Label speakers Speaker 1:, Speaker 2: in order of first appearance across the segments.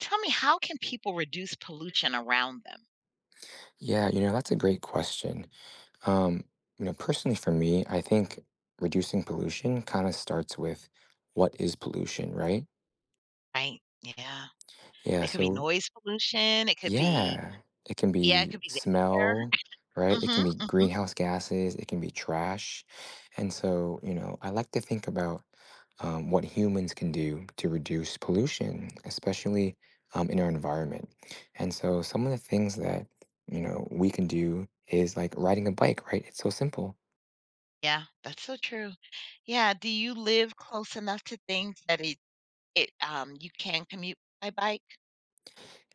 Speaker 1: Tell me, how can people reduce pollution around them?
Speaker 2: Yeah, you know, that's a great question. Um, you know, personally for me, I think reducing pollution kind of starts with what is pollution, right?
Speaker 1: Right, yeah.
Speaker 2: Yeah,
Speaker 1: It could be noise pollution, it could be
Speaker 2: Yeah, it can
Speaker 1: yeah, it
Speaker 2: be
Speaker 1: could be the air.
Speaker 2: smell, right? It can
Speaker 1: Mhm,
Speaker 2: be
Speaker 1: mhm.
Speaker 2: greenhouse gases, it can be trash. And so, you know, I like to think about what humans can do to reduce pollution, especially in our environment. And so, some of the things that, you know, we can do is like riding a bike, right? It's so simple.
Speaker 1: Yeah, that's so true. Yeah, do you live close enough to things that you can commute by bike?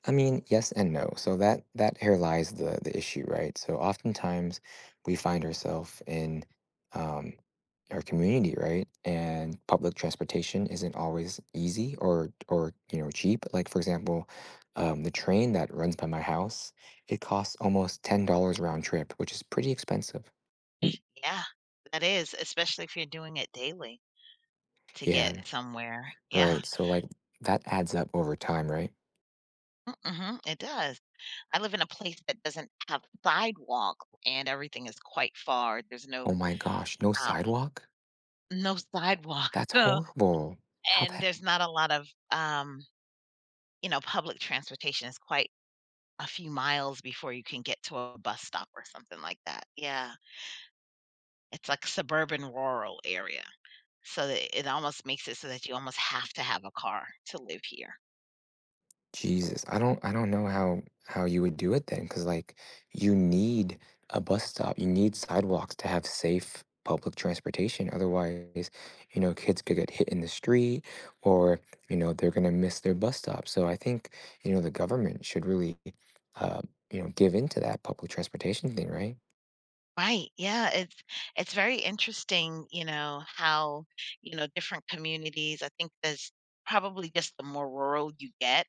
Speaker 2: I mean, yes and no. So that here lies the issue, right? So oftentimes we find ourselves in um, our community, right? And public transportation isn't always easy or you know cheap. Like for example, the train that runs by my house, it costs almost $10 round trip, which is pretty expensive.
Speaker 1: Yeah, that is, especially if you're doing it daily to get
Speaker 2: Yeah,
Speaker 1: somewhere. Yeah.
Speaker 2: right. So like that adds up over time, right?
Speaker 1: Mm, mhm, it does. I live in a place that doesn't have sidewalk, and everything is quite far. There's
Speaker 2: Oh
Speaker 1: no,
Speaker 2: my gosh, no
Speaker 1: um
Speaker 2: sidewalk?
Speaker 1: no sidewalk.
Speaker 2: That's horrible. How
Speaker 1: And
Speaker 2: that
Speaker 1: there's not a lot of, public transportation is quite a few miles before you can get to a bus stop or something like that. Yeah. It's like suburban rural area. So that it almost makes it so that you almost have to have a car to live here.
Speaker 2: Jesus, I don't know how you would do it then, because like, you need a bus stop, you need sidewalks to have safe public transportation, otherwise, you know, kids could get hit in the street or, you know, they're gonna miss their bus stop, so I think, you know, the government should really, uh, you know, give into that public transportation thing, right?
Speaker 1: Right. Yeah. It's very interesting, how, different communities, I think there's probably just the more rural you get,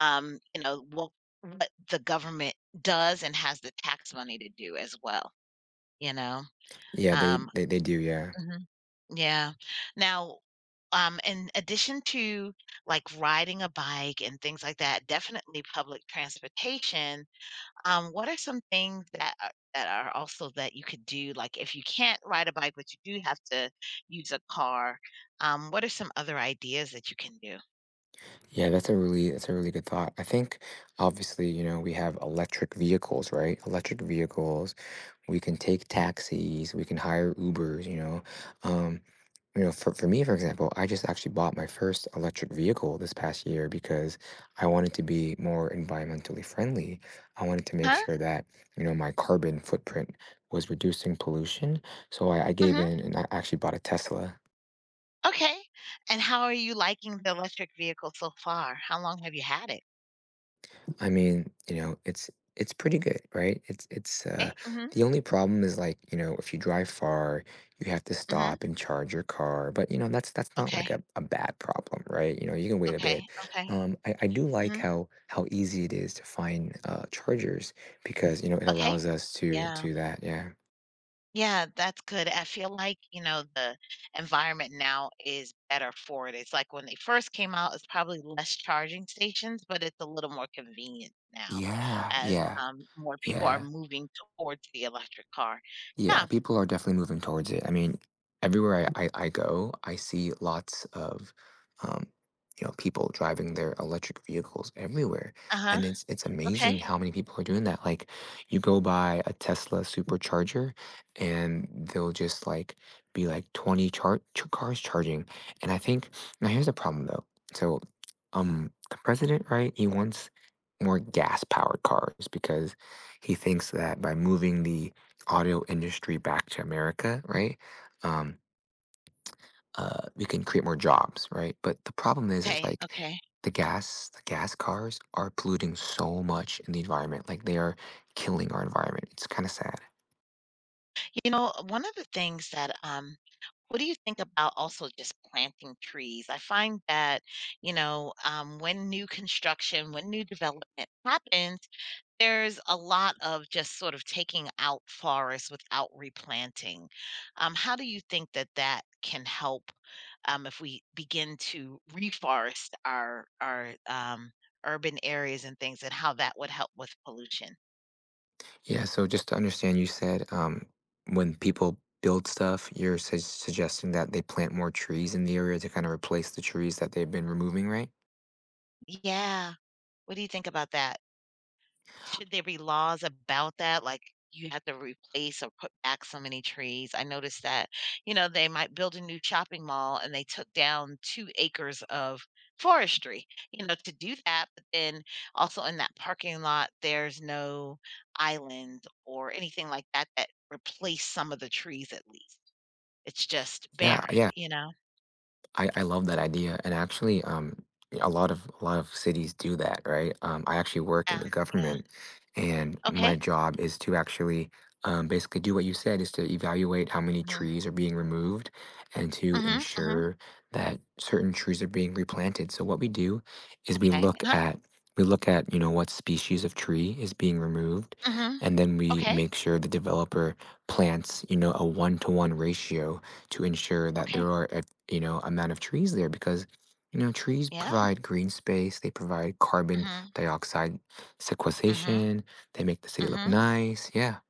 Speaker 1: um, you know, what what the government does and has the tax money to do as well, you know?
Speaker 2: Yeah, they
Speaker 1: Um,
Speaker 2: they they do, yeah.
Speaker 1: mhm. Yeah. Now, in addition to like riding a bike and things like that, definitely public transportation. What are some things that are also that you could do? Like if you can't ride a bike, but you do have to use a car, what are some other ideas that you can do?
Speaker 2: Yeah, that's a really good thought. I think, obviously, you know, we have electric vehicles, right? Electric vehicles we can take taxis, we can hire ubers, you know, um you know, for me, for example, I just actually bought my first electric vehicle this past year because I wanted to be more environmentally friendly. I wanted to make
Speaker 1: Huh?
Speaker 2: sure that, you know, my carbon footprint was reducing pollution, so I gave
Speaker 1: Hmm.
Speaker 2: in and I actually bought a tesla.
Speaker 1: Okay. And how are you liking the electric vehicle so far? How long have you had it?
Speaker 2: I mean, you know, it's pretty good, right? It's
Speaker 1: Okay. Hmm.
Speaker 2: The only problem is like, you know, if you drive far, you have to
Speaker 1: Hmm.
Speaker 2: stop and charge your car. But you know, that's not
Speaker 1: Okay.
Speaker 2: like a bad problem, right? You know, you can wait a
Speaker 1: Okay.
Speaker 2: bit.
Speaker 1: Okay.
Speaker 2: I do like
Speaker 1: Hmm.
Speaker 2: how easy it is to find chargers because, you know, it
Speaker 1: Okay.
Speaker 2: allows us to
Speaker 1: Yeah.
Speaker 2: do that. Yeah.
Speaker 1: Yeah, that's good. I feel like, the environment now is better for it. It's like when they first came out, it's probably less charging stations, but it's a little more convenient now
Speaker 2: Yeah,
Speaker 1: as
Speaker 2: yeah,
Speaker 1: more people are
Speaker 2: yeah.
Speaker 1: moving towards the electric car.
Speaker 2: Yeah,
Speaker 1: Yeah.
Speaker 2: people are definitely moving towards it. I mean, everywhere I go, I see lots of, um, you know, people driving their electric vehicles everywhere,
Speaker 1: Uh-huh.
Speaker 2: and it's
Speaker 1: Okay.
Speaker 2: amazing how many people are doing that. Like, you go by a Tesla supercharger, and they'll just like be like twenty cars charging. And I think now here's the problem though. So, the president, right? He wants more gas powered cars because he thinks that by moving the audio industry back to America, right? Um, we can create more jobs, right? But the problem is
Speaker 1: Okay.
Speaker 2: like
Speaker 1: Okay.
Speaker 2: the gas cars are polluting so much in the environment. Like they are killing our environment. It's kind of sad.
Speaker 1: You know, one of the things that what do you think about also just planting trees? I find that, when new development happens, there's a lot of just sort of taking out forests without replanting. How do you think that that can help, if we begin to reforest our urban areas and things, and how that would help with pollution?
Speaker 2: Yeah. So just to understand, you said when people build stuff, you're suggesting that they plant more trees in the area to kind of replace the trees that they've been removing, right?
Speaker 1: Yeah. What do you think about that? Should there be laws about that? Like, you have to replace or put back so many trees? I noticed that, they might build a new shopping mall and they took down 2 acres of forestry, to do that, but then also in that parking lot, there's no island or anything like that that replace some of the trees at least. It's just
Speaker 2: Yeah.
Speaker 1: barren,
Speaker 2: Yeah.
Speaker 1: you know?
Speaker 2: I love that idea, and actually, a lot of cities do that, right? I actually work in
Speaker 1: Yeah,
Speaker 2: the
Speaker 1: yeah.
Speaker 2: government, and my
Speaker 1: Okay.
Speaker 2: job is to actually basically do what you said is to evaluate how many
Speaker 1: Mhm.
Speaker 2: trees are being removed, and to
Speaker 1: Mhm, mhm.
Speaker 2: ensure that certain trees are being replanted. So what we do is we
Speaker 1: Okay.
Speaker 2: look
Speaker 1: Uh-huh.
Speaker 2: at we look at you know what species of tree is being removed,
Speaker 1: Mhm.
Speaker 2: and then we
Speaker 1: Okay.
Speaker 2: make sure the developer plants you know a one to one ratio to ensure that
Speaker 1: Okay.
Speaker 2: there are a you know, amount of trees there because, you know, trees
Speaker 1: Yeah.
Speaker 2: provide green space, they provide carbon
Speaker 1: Mhm.
Speaker 2: dioxide
Speaker 1: Mhm.
Speaker 2: sequestration, they make the city look
Speaker 1: Mhm.
Speaker 2: nice. Yeah.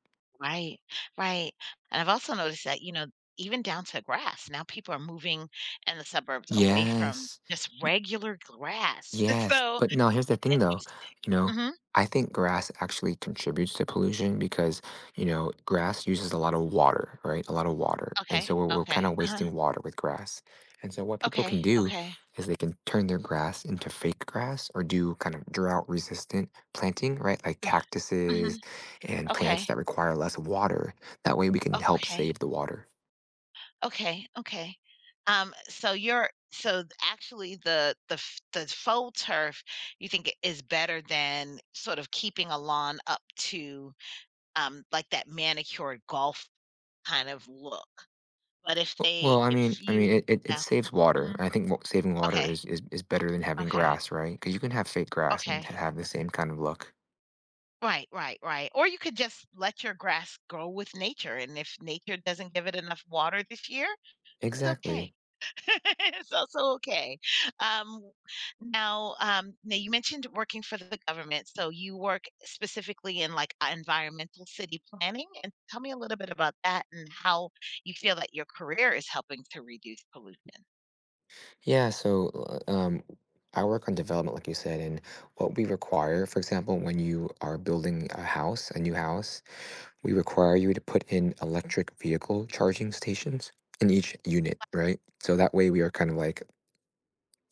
Speaker 1: Right, right, and I've also noticed that, even down to grass, now people are moving in the suburbs away from
Speaker 2: Yes.
Speaker 1: just regular grass. It's
Speaker 2: Yes,
Speaker 1: so
Speaker 2: but now here's the thing though,
Speaker 1: interesting.
Speaker 2: you know,
Speaker 1: Mhm.
Speaker 2: I think grass actually contributes to pollution because, you know, grass uses a lot of water, right? A lot of water. And
Speaker 1: Okay,
Speaker 2: so we're kind
Speaker 1: okay,
Speaker 2: of
Speaker 1: uh-huh,
Speaker 2: wasting water with grass. And so what people can
Speaker 1: okay,
Speaker 2: do
Speaker 1: okay,
Speaker 2: is they can turn their grass into fake grass or do kind of drought resistant planting, right? Like
Speaker 1: uh, mhm,
Speaker 2: cactuses and plants
Speaker 1: okay,
Speaker 2: that require less water. That way we can help
Speaker 1: okay,
Speaker 2: save the water.
Speaker 1: okay, okay. So you're so th actually the faux turf, you think I is better than sort of keeping a lawn up to, like, that manicured golf kind of look? But if
Speaker 2: W
Speaker 1: they
Speaker 2: Well, I
Speaker 1: if
Speaker 2: mean I mean, it
Speaker 1: you
Speaker 2: it it
Speaker 1: yeah,
Speaker 2: saves water,
Speaker 1: mhm,
Speaker 2: I think wa saving water
Speaker 1: okay,
Speaker 2: is better than having
Speaker 1: okay,
Speaker 2: grass, right? Because you can have fake grass and
Speaker 1: okay.
Speaker 2: have the same kind of look.
Speaker 1: Right, right, right, or you could just let your grass grow with nature, and if nature doesn't give it enough water this year, it's okay.
Speaker 2: Exactly.
Speaker 1: It's also okay. Um, now, you mentioned working for the government, so you work specifically in, like, environmental city planning, and tell me a little bit about that and how you feel that your career is helping to reduce pollution.
Speaker 2: Yeah, so, I work on development, like you said, and what we require, for example, when you are building a house, a new house, we require you to put in electric vehicle charging stations in each unit, right? So that way we are kind of like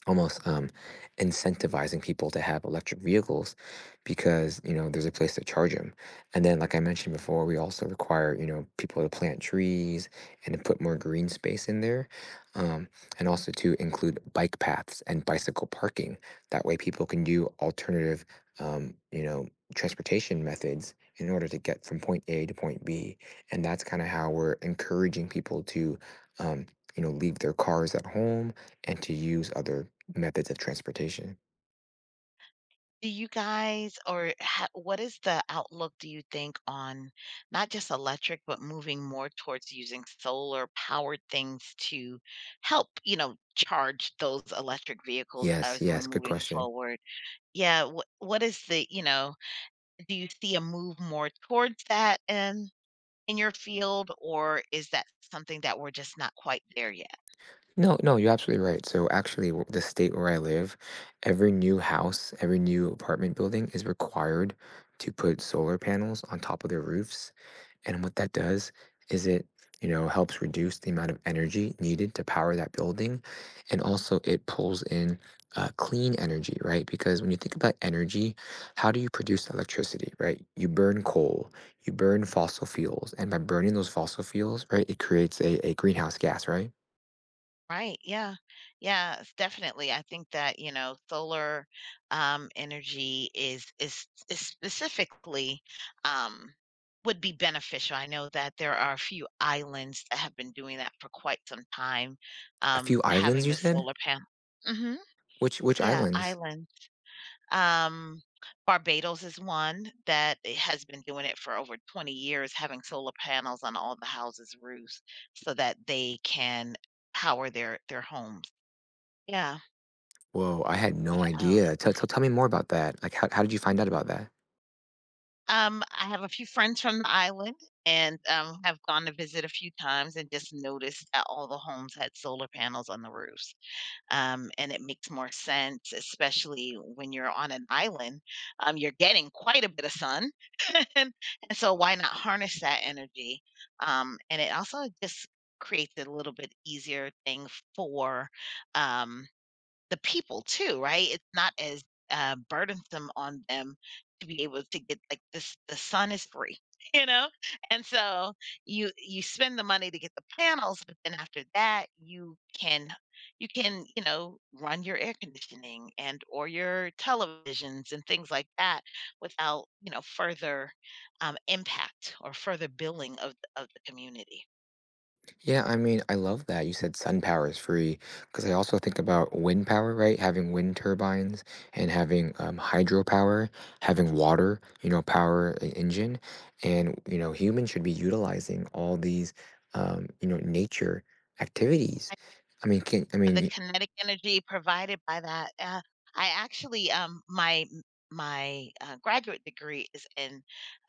Speaker 2: almost incentivizing people to have electric vehicles because you know there's a place to charge them, and then like I mentioned before, we also require you know people to plant trees and to put more green space in there, um, and also to include bike paths and bicycle parking. That way people can do alternative you know transportation methods in order to get from point a to point b, and that's kind of how we're encouraging people to um, you know leave their cars at home and to use other methods of transportation.
Speaker 1: Do you guys or ha What is the outlook, do you think, on not just electric, but moving more towards using solar-powered things to help, charge those electric vehicles
Speaker 2: Yes,
Speaker 1: as we're
Speaker 2: yes, good
Speaker 1: moving
Speaker 2: question.
Speaker 1: forward? Yeah, what is the you know, do you see a move more towards that in your field, or is that something that we're just not quite there yet?
Speaker 2: No, no, you're absolutely right. So actually, the state where I live, every new house, every new apartment building is required to put solar panels on top of their roofs. And what that does is it, you know, helps reduce the amount of energy needed to power that building. And also it pulls in clean energy, right? Because when you think about energy, how do you produce electricity, right? You burn coal, you burn fossil fuels. And by burning those fossil fuels, right, it creates a greenhouse gas, right?
Speaker 1: Right. Yeah. Yeah, s definitely. I think that, solar, energy is specifically, um, would be beneficial. I know that there are a few islands that have been doing that for quite some time,
Speaker 2: A few islands,
Speaker 1: having
Speaker 2: you
Speaker 1: the
Speaker 2: said?
Speaker 1: solar panel. Mhm.
Speaker 2: Which
Speaker 1: Yeah,
Speaker 2: islands?
Speaker 1: island. Um, Barbados is one that it has been doing it for over 20 years, having solar panels on all the houses' roofs so that they can power their homes. Yeah,
Speaker 2: Whoa, I had no
Speaker 1: without
Speaker 2: idea. Tell me more about that. Like, how did you find out about that?
Speaker 1: I have a few friends from the island and, have gone to visit a few times and just noticed that all the homes had solar panels on the roofs, and it makes more sense, especially when you're on an island. You're getting quite a bit of sun, and so why not harness that energy? And it also just creates a little bit easier thing for, um the people too, right? It's not as, burdensome on them to be able to get like this the sun is free, you know? And so you spend the money to get the panels, but then after that, you can, run your air conditioning and or your televisions and things like that without, further, impact or further billing of the community.
Speaker 2: Yeah, I mean, I love that you said sun power is free because I also think about wind power, right? Having wind turbines and having hydropower, having water, you know, power an engine, and you know, humans should be utilizing all these, you know, nature activities. I
Speaker 1: The
Speaker 2: mean,
Speaker 1: kinetic energy provided by that, I actually, my, graduate degree is in,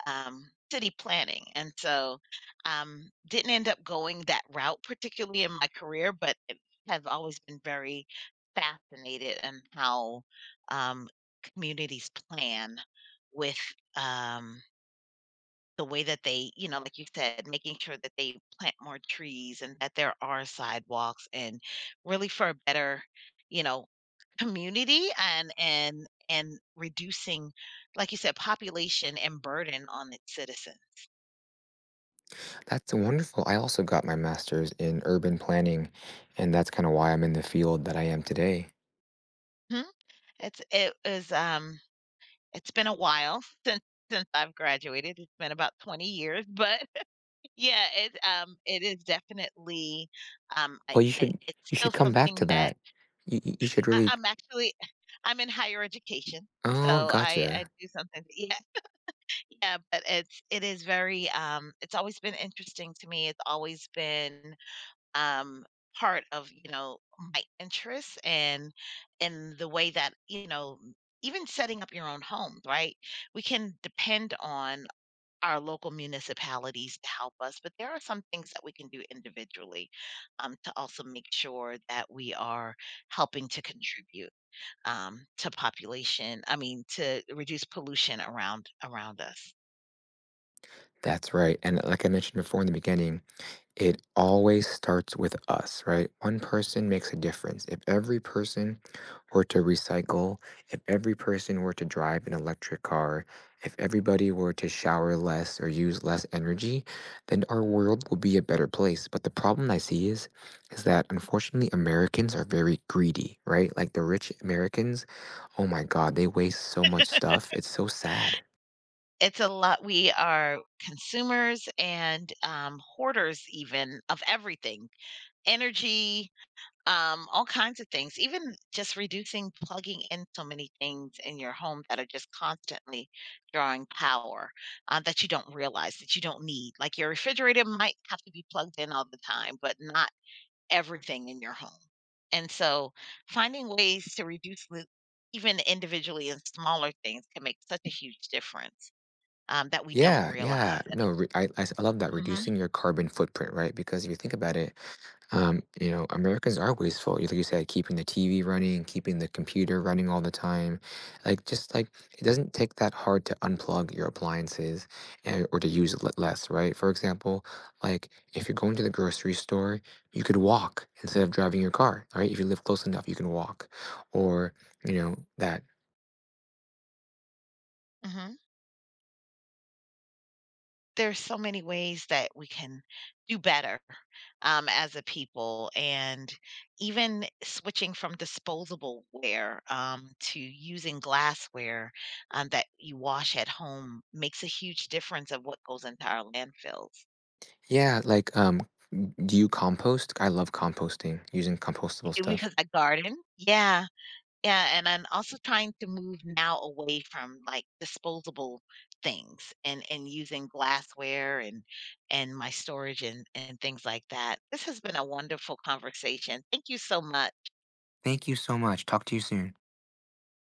Speaker 1: city planning, and so, didn't end up going that route particularly in my career, but it have always been very fascinated in how, um, communities plan with, um the way that they, like you said, making sure that they plant more trees and that there are sidewalks and really for a better, you know, community and reducing, like you said, population and burden on its citizen.
Speaker 2: that's wonderful. I also got my master's in urban planning, and that's kind of why I'm in the field that I am today.
Speaker 1: Hmm? It's it is It's been a while since I've graduated. It's been about 20 years, but yeah, it is definitely
Speaker 2: Well,
Speaker 1: I it's
Speaker 2: you
Speaker 1: still
Speaker 2: should come back
Speaker 1: something
Speaker 2: to
Speaker 1: that.
Speaker 2: that. You should
Speaker 1: I
Speaker 2: really.
Speaker 1: I'm actually I'm in higher education,
Speaker 2: Oh,
Speaker 1: so I
Speaker 2: gotcha.
Speaker 1: do something. Yeah, yeah, but it is very, it's always been interesting to me. It's always been, um, part of, my interests and the way that, even setting up your own home, right? We can depend on our local municipalities to help us, but there are some things that we can do individually, to also make sure that we are helping to contribute to population I mean, to reduce pollution around us.
Speaker 2: That's right. And like I mentioned before in the beginning, it always starts with us, right? One person makes a difference. If every person were to recycle, if every person were to drive an electric car, if everybody were to shower less or use less energy, then our world will be a better place. But the problem I see is that unfortunately Americans are very greedy, right? Like the rich Americans, oh my God, they waste so much stuff. It's so sad.
Speaker 1: It's a lot we are consumers and, hoarders even of everything, energy, all kinds of things, even just reducing plugging in so many things in your home that are just constantly drawing power, that you don't realize, that you don't need. Like, your refrigerator might have to be plugged in all the time, but not everything in your home. And so finding ways to reduce the even individually and smaller things can make such a huge difference, that we don't
Speaker 2: Yeah, yeah.
Speaker 1: realize it.
Speaker 2: No, re I s I love that,
Speaker 1: Mhm,
Speaker 2: reducing your carbon footprint, right? Because if you think about it, you know, Americans are wasteful, like you said, keeping the TV running, keeping the computer running all the time. Like, just like, it doesn't take that hard to unplug your appliances and or to use le less, right? For example, like, if you're going to the grocery store, you could walk instead of driving your car, right? If you live close enough, you can walk. Or, you know, that
Speaker 1: mhm. There's so many ways that we can do better, as a people, and even switching from disposable ware, to using glassware, that you wash at home makes a huge difference of what goes into our landfills.
Speaker 2: Yeah, like, do you compost? I love composting, using
Speaker 1: I
Speaker 2: compostable
Speaker 1: do
Speaker 2: stuff.
Speaker 1: because I garden. Yeah. Yeah, and I'm also trying to move now away from, like, disposable things and using glassware and my storage and things like that. This has been a wonderful conversation. Thank you so much.
Speaker 2: Thank you so much. Talk to you soon.